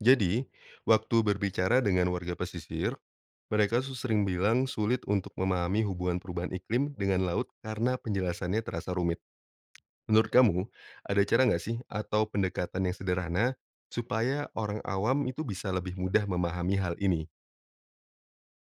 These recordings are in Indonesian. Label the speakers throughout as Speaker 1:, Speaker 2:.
Speaker 1: Jadi, waktu berbicara dengan warga pesisir, mereka sering bilang sulit untuk memahami hubungan perubahan iklim dengan laut karena penjelasannya terasa rumit. Menurut kamu, ada cara nggak sih atau pendekatan yang sederhana supaya orang awam itu bisa lebih mudah memahami hal ini?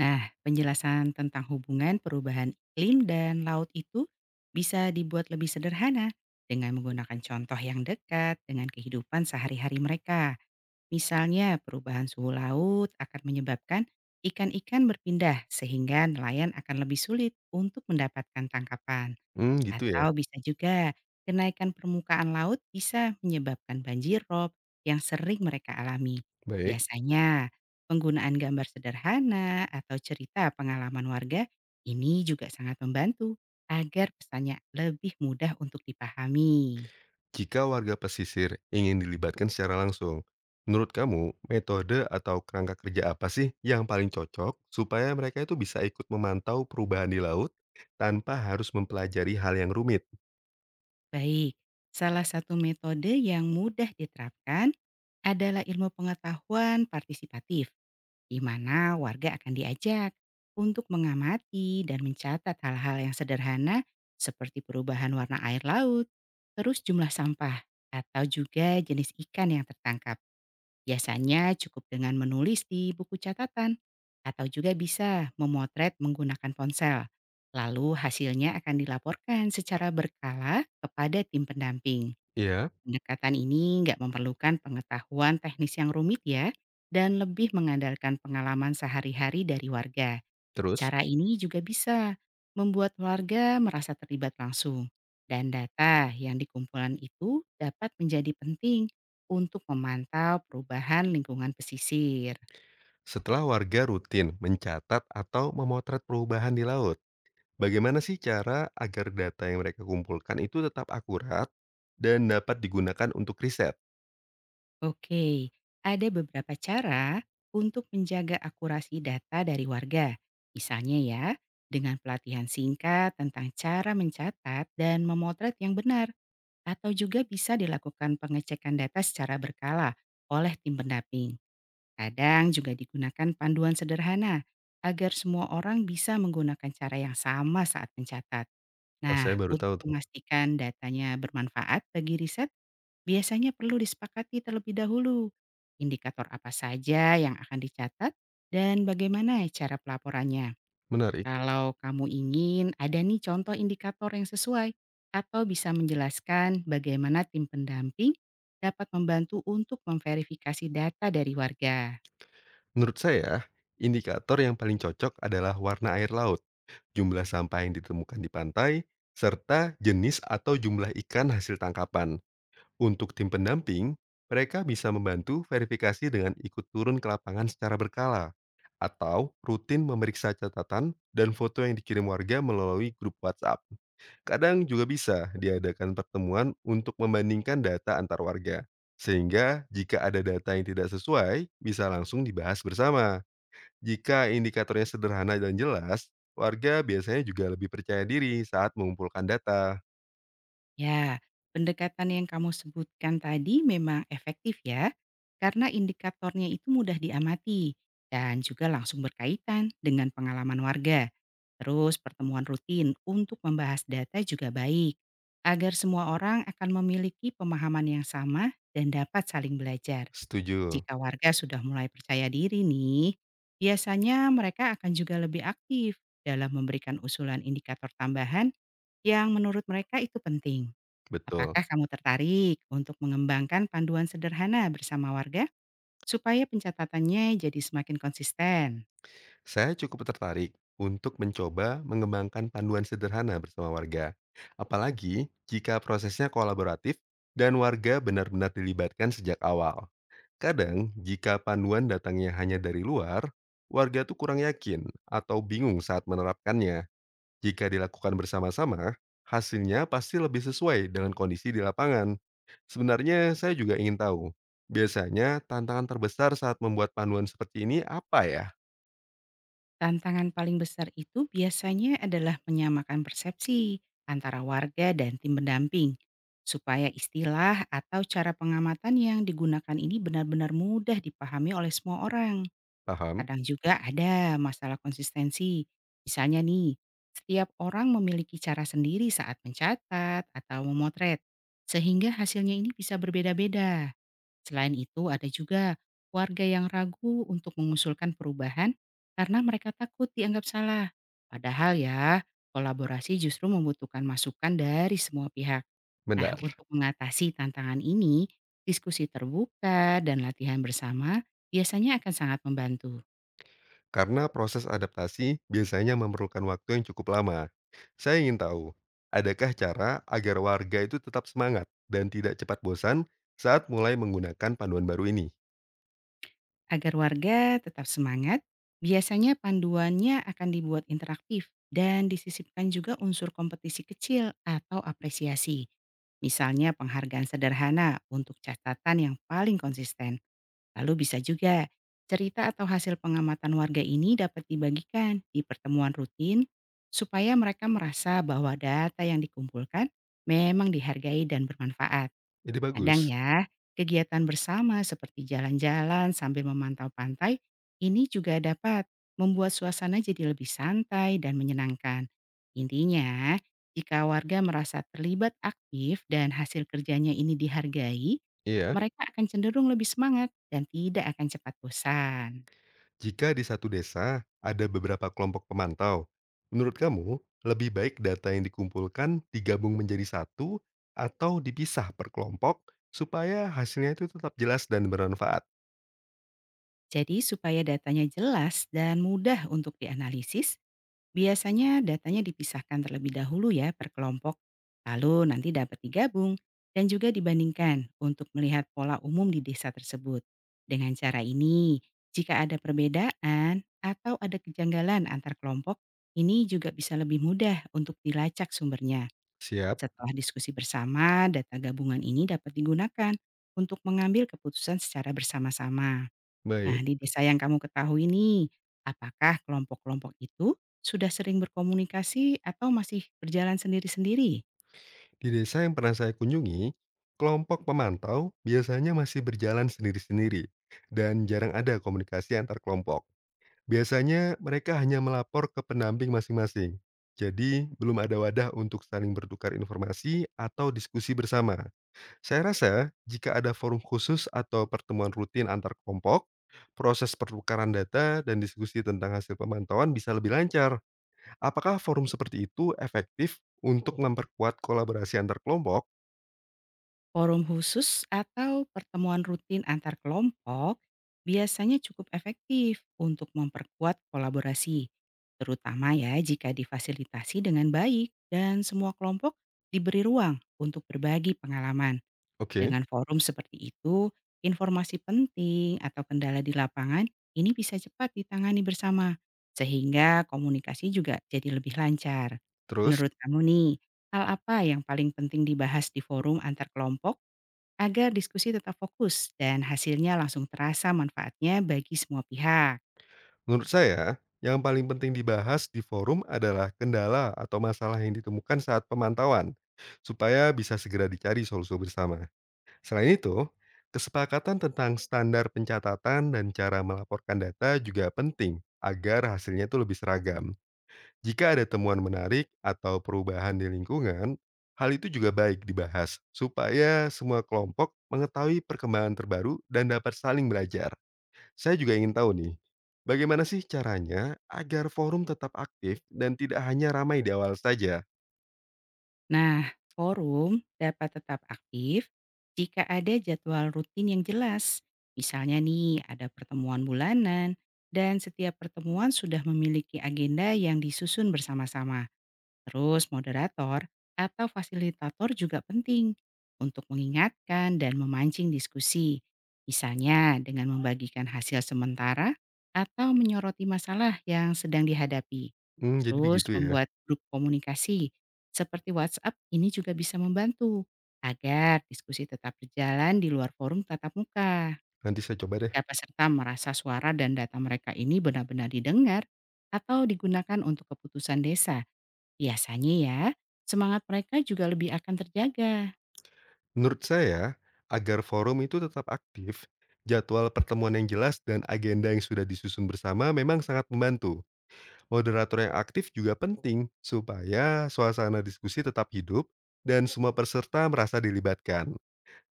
Speaker 2: Nah, penjelasan tentang hubungan perubahan iklim dan laut itu bisa dibuat lebih sederhana dengan menggunakan contoh yang dekat dengan kehidupan sehari-hari mereka. Misalnya, perubahan suhu laut akan menyebabkan ikan-ikan berpindah sehingga nelayan akan lebih sulit untuk mendapatkan tangkapan.
Speaker 1: Hmm, gitu ya.
Speaker 2: Atau bisa juga kenaikan permukaan laut bisa menyebabkan banjir rob yang sering mereka alami.
Speaker 1: Baik.
Speaker 2: Biasanya penggunaan gambar sederhana atau cerita pengalaman warga ini juga sangat membantu agar pesannya lebih mudah untuk dipahami.
Speaker 1: Jika warga pesisir ingin dilibatkan secara langsung, menurut kamu metode atau kerangka kerja apa sih yang paling cocok supaya mereka itu bisa ikut memantau perubahan di laut tanpa harus mempelajari hal yang rumit?
Speaker 2: Baik, salah satu metode yang mudah diterapkan adalah ilmu pengetahuan partisipatif di mana warga akan diajak untuk mengamati dan mencatat hal-hal yang sederhana seperti perubahan warna air laut, terus jumlah sampah, atau juga jenis ikan yang tertangkap. Biasanya cukup dengan menulis di buku catatan atau juga bisa memotret menggunakan ponsel. Lalu hasilnya akan dilaporkan secara berkala kepada tim pendamping.
Speaker 1: Ya,
Speaker 2: Pendekatan ini nggak memerlukan pengetahuan teknis yang rumit ya, dan lebih mengandalkan pengalaman sehari-hari dari warga.
Speaker 1: terus
Speaker 2: Cara ini juga bisa membuat warga merasa terlibat langsung. Dan data yang dikumpulkan itu dapat menjadi penting untuk memantau perubahan lingkungan pesisir.
Speaker 1: setelah warga rutin mencatat atau memotret perubahan di laut, bagaimana sih cara agar data yang mereka kumpulkan itu tetap akurat dan dapat digunakan untuk riset?
Speaker 2: Oke, ada beberapa cara untuk menjaga akurasi data dari warga. Misalnya ya, dengan pelatihan singkat tentang cara mencatat dan memotret yang benar, atau juga bisa dilakukan pengecekan data secara berkala oleh tim pendamping. Kadang juga digunakan panduan sederhana agar semua orang bisa menggunakan cara yang sama saat mencatat.
Speaker 1: Oh,
Speaker 2: Nah,
Speaker 1: saya baru
Speaker 2: untuk
Speaker 1: tahu tuh.
Speaker 2: memastikan datanya bermanfaat bagi riset, biasanya perlu disepakati terlebih dahulu. Indikator apa saja yang akan dicatat dan bagaimana cara pelaporannya.
Speaker 1: Menarik.
Speaker 2: Kalau kamu ingin, ada nih contoh indikator yang sesuai atau bisa menjelaskan bagaimana tim pendamping dapat membantu untuk memverifikasi data dari warga.
Speaker 1: Menurut saya, indikator yang paling cocok adalah warna air laut, jumlah sampah yang ditemukan di pantai, serta jenis atau jumlah ikan hasil tangkapan. Untuk tim pendamping, mereka bisa membantu verifikasi dengan ikut turun ke lapangan secara berkala, atau rutin memeriksa catatan dan foto yang dikirim warga melalui grup WhatsApp. Kadang juga bisa diadakan pertemuan untuk membandingkan data antar warga, sehingga jika ada data yang tidak sesuai, bisa langsung dibahas bersama. Jika indikatornya sederhana dan jelas, warga biasanya juga lebih percaya diri saat mengumpulkan data.
Speaker 2: Ya, pendekatan yang kamu sebutkan tadi memang efektif ya, karena indikatornya itu mudah diamati dan juga langsung berkaitan dengan pengalaman warga. Terus pertemuan rutin untuk membahas data juga baik, agar semua orang akan memiliki pemahaman yang sama dan dapat saling belajar.
Speaker 1: Setuju,
Speaker 2: Jika warga sudah mulai percaya diri nih, biasanya mereka akan juga lebih aktif dalam memberikan usulan indikator tambahan yang menurut mereka itu penting.
Speaker 1: betul.
Speaker 2: Apakah kamu tertarik untuk mengembangkan panduan sederhana bersama warga supaya pencatatannya jadi semakin konsisten?
Speaker 1: Saya cukup tertarik untuk mencoba mengembangkan panduan sederhana bersama warga. Apalagi jika prosesnya kolaboratif dan warga benar-benar dilibatkan sejak awal. Kadang, jika panduan datangnya hanya dari luar, warga tuh kurang yakin atau bingung saat menerapkannya. Jika dilakukan bersama-sama, hasilnya pasti lebih sesuai dengan kondisi di lapangan. Sebenarnya saya juga ingin tahu, biasanya tantangan terbesar saat membuat panduan seperti ini apa ya?
Speaker 2: Tantangan paling besar itu biasanya adalah menyamakan persepsi antara warga dan tim pendamping supaya istilah atau cara pengamatan yang digunakan ini benar-benar mudah dipahami oleh semua orang.
Speaker 1: Paham?
Speaker 2: Kadang juga ada masalah konsistensi. Misalnya nih, setiap orang memiliki cara sendiri saat mencatat atau memotret, sehingga hasilnya ini bisa berbeda-beda. Selain itu, ada juga warga yang ragu untuk mengusulkan perubahan karena mereka takut dianggap salah. Padahal ya, kolaborasi justru membutuhkan masukan dari semua pihak. Nah,
Speaker 1: Benar,
Speaker 2: untuk mengatasi tantangan ini, diskusi terbuka dan latihan bersama biasanya akan sangat membantu.
Speaker 1: karena proses adaptasi biasanya memerlukan waktu yang cukup lama. Saya ingin tahu, adakah cara agar warga itu tetap semangat dan tidak cepat bosan saat mulai menggunakan panduan baru ini?
Speaker 2: Agar warga tetap semangat, biasanya panduannya akan dibuat interaktif dan disisipkan juga unsur kompetisi kecil atau apresiasi. Misalnya penghargaan sederhana untuk catatan yang paling konsisten. Lalu bisa juga cerita atau hasil pengamatan warga ini dapat dibagikan di pertemuan rutin supaya mereka merasa bahwa data yang dikumpulkan memang dihargai dan bermanfaat.
Speaker 1: Ini
Speaker 2: Kadang
Speaker 1: bagus.
Speaker 2: ya, kegiatan bersama seperti jalan-jalan sambil memantau pantai ini juga dapat membuat suasana jadi lebih santai dan menyenangkan. Intinya, jika warga merasa terlibat aktif dan hasil kerjanya ini dihargai,
Speaker 1: Iya.
Speaker 2: mereka akan cenderung lebih semangat dan tidak akan cepat bosan.
Speaker 1: Jika di satu desa ada beberapa kelompok pemantau, menurut kamu lebih baik data yang dikumpulkan digabung menjadi satu atau dipisah per kelompok supaya hasilnya itu tetap jelas dan bermanfaat?
Speaker 2: Jadi supaya datanya jelas dan mudah untuk dianalisis, biasanya datanya dipisahkan terlebih dahulu ya per kelompok, lalu nanti dapat digabung dan juga dibandingkan untuk melihat pola umum di desa tersebut. Dengan cara ini, jika ada perbedaan atau ada kejanggalan antar kelompok, ini juga bisa lebih mudah untuk dilacak sumbernya.
Speaker 1: Siap,
Speaker 2: Setelah diskusi bersama, data gabungan ini dapat digunakan untuk mengambil keputusan secara bersama-sama. Nah,
Speaker 1: baik.
Speaker 2: di desa yang kamu ketahui nih, apakah kelompok-kelompok itu sudah sering berkomunikasi atau masih berjalan sendiri-sendiri?
Speaker 1: Di desa yang pernah saya kunjungi, kelompok pemantau biasanya masih berjalan sendiri-sendiri dan jarang ada komunikasi antar kelompok. Biasanya mereka hanya melapor ke pendamping masing-masing. Jadi, belum ada wadah untuk saling bertukar informasi atau diskusi bersama. Saya rasa, jika ada forum khusus atau pertemuan rutin antar kelompok, proses pertukaran data dan diskusi tentang hasil pemantauan bisa lebih lancar. Apakah forum seperti itu efektif untuk memperkuat kolaborasi antar kelompok?
Speaker 2: Forum khusus atau pertemuan rutin antar kelompok biasanya cukup efektif untuk memperkuat kolaborasi, terutama ya jika difasilitasi dengan baik dan semua kelompok diberi ruang untuk berbagi pengalaman.
Speaker 1: Oke,
Speaker 2: Dengan forum seperti itu, informasi penting atau kendala di lapangan ini bisa cepat ditangani bersama, sehingga komunikasi juga jadi lebih lancar.
Speaker 1: terus?
Speaker 2: Menurut kamu nih, hal apa yang paling penting dibahas di forum antar kelompok agar diskusi tetap fokus dan hasilnya langsung terasa manfaatnya bagi semua pihak?
Speaker 1: Menurut saya, yang paling penting dibahas di forum adalah kendala atau masalah yang ditemukan saat pemantauan, supaya bisa segera dicari solusi bersama. Selain itu, kesepakatan tentang standar pencatatan dan cara melaporkan data juga penting agar hasilnya itu lebih seragam. Jika ada temuan menarik atau perubahan di lingkungan, hal itu juga baik dibahas supaya semua kelompok mengetahui perkembangan terbaru dan dapat saling belajar. Saya juga ingin tahu nih, bagaimana sih caranya agar forum tetap aktif dan tidak hanya ramai di awal saja?
Speaker 2: Nah, forum dapat tetap aktif jika ada jadwal rutin yang jelas. Misalnya nih, ada pertemuan bulanan dan setiap pertemuan sudah memiliki agenda yang disusun bersama-sama. Terus moderator atau fasilitator juga penting untuk mengingatkan dan memancing diskusi. Misalnya dengan membagikan hasil sementara atau menyoroti masalah yang sedang dihadapi.
Speaker 1: Mmm, jadi
Speaker 2: Terus
Speaker 1: begitu ya,
Speaker 2: membuat grup komunikasi seperti WhatsApp ini juga bisa membantu agar diskusi tetap berjalan di luar forum tatap muka.
Speaker 1: nanti saya coba deh.
Speaker 2: Jika peserta merasa suara dan data mereka ini benar-benar didengar atau digunakan untuk keputusan desa, biasanya ya semangat mereka juga lebih akan terjaga.
Speaker 1: Menurut saya, agar forum itu tetap aktif, jadwal pertemuan yang jelas dan agenda yang sudah disusun bersama memang sangat membantu. Moderator yang aktif juga penting supaya suasana diskusi tetap hidup dan semua peserta merasa dilibatkan.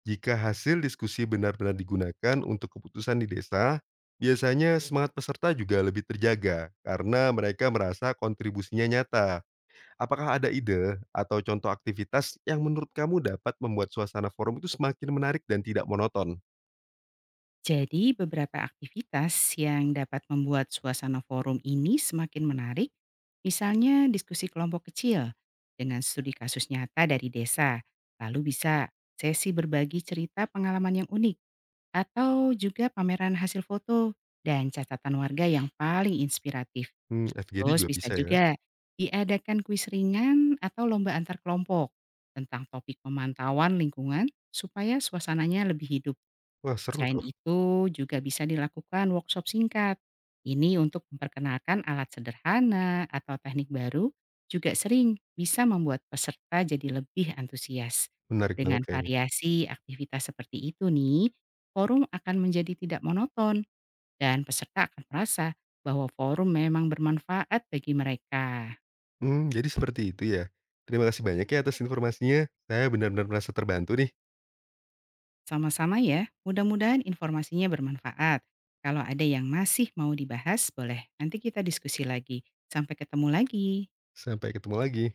Speaker 1: Jika hasil diskusi benar-benar digunakan untuk keputusan di desa, biasanya semangat peserta juga lebih terjaga karena mereka merasa kontribusinya nyata. Apakah ada ide atau contoh aktivitas yang menurut kamu dapat membuat suasana forum itu semakin menarik dan tidak monoton?
Speaker 2: Jadi beberapa aktivitas yang dapat membuat suasana forum ini semakin menarik, misalnya diskusi kelompok kecil dengan studi kasus nyata dari desa, lalu bisa sesi berbagi cerita pengalaman yang unik, atau juga pameran hasil foto dan catatan warga yang paling inspiratif.
Speaker 1: Hmm, FGD
Speaker 2: Terus
Speaker 1: juga
Speaker 2: bisa
Speaker 1: bisa ya.
Speaker 2: juga diadakan kuis ringan atau lomba antar kelompok tentang topik pemantauan lingkungan supaya suasananya lebih hidup.
Speaker 1: Wah, seru
Speaker 2: Selain
Speaker 1: tuh.
Speaker 2: itu, juga bisa dilakukan workshop singkat. Ini untuk memperkenalkan alat sederhana atau teknik baru juga sering bisa membuat peserta jadi lebih antusias.
Speaker 1: Menarik banget
Speaker 2: Dengan
Speaker 1: kayaknya.
Speaker 2: variasi aktivitas seperti itu nih, forum akan menjadi tidak monoton dan peserta akan merasa bahwa forum memang bermanfaat bagi mereka.
Speaker 1: Hmm, jadi seperti itu ya. Terima kasih banyak ya atas informasinya. Saya benar-benar merasa terbantu nih.
Speaker 2: Sama-sama ya, mudah-mudahan informasinya bermanfaat. Kalau ada yang masih mau dibahas, boleh nanti kita diskusi lagi. Sampai ketemu lagi.
Speaker 1: Sampai ketemu lagi.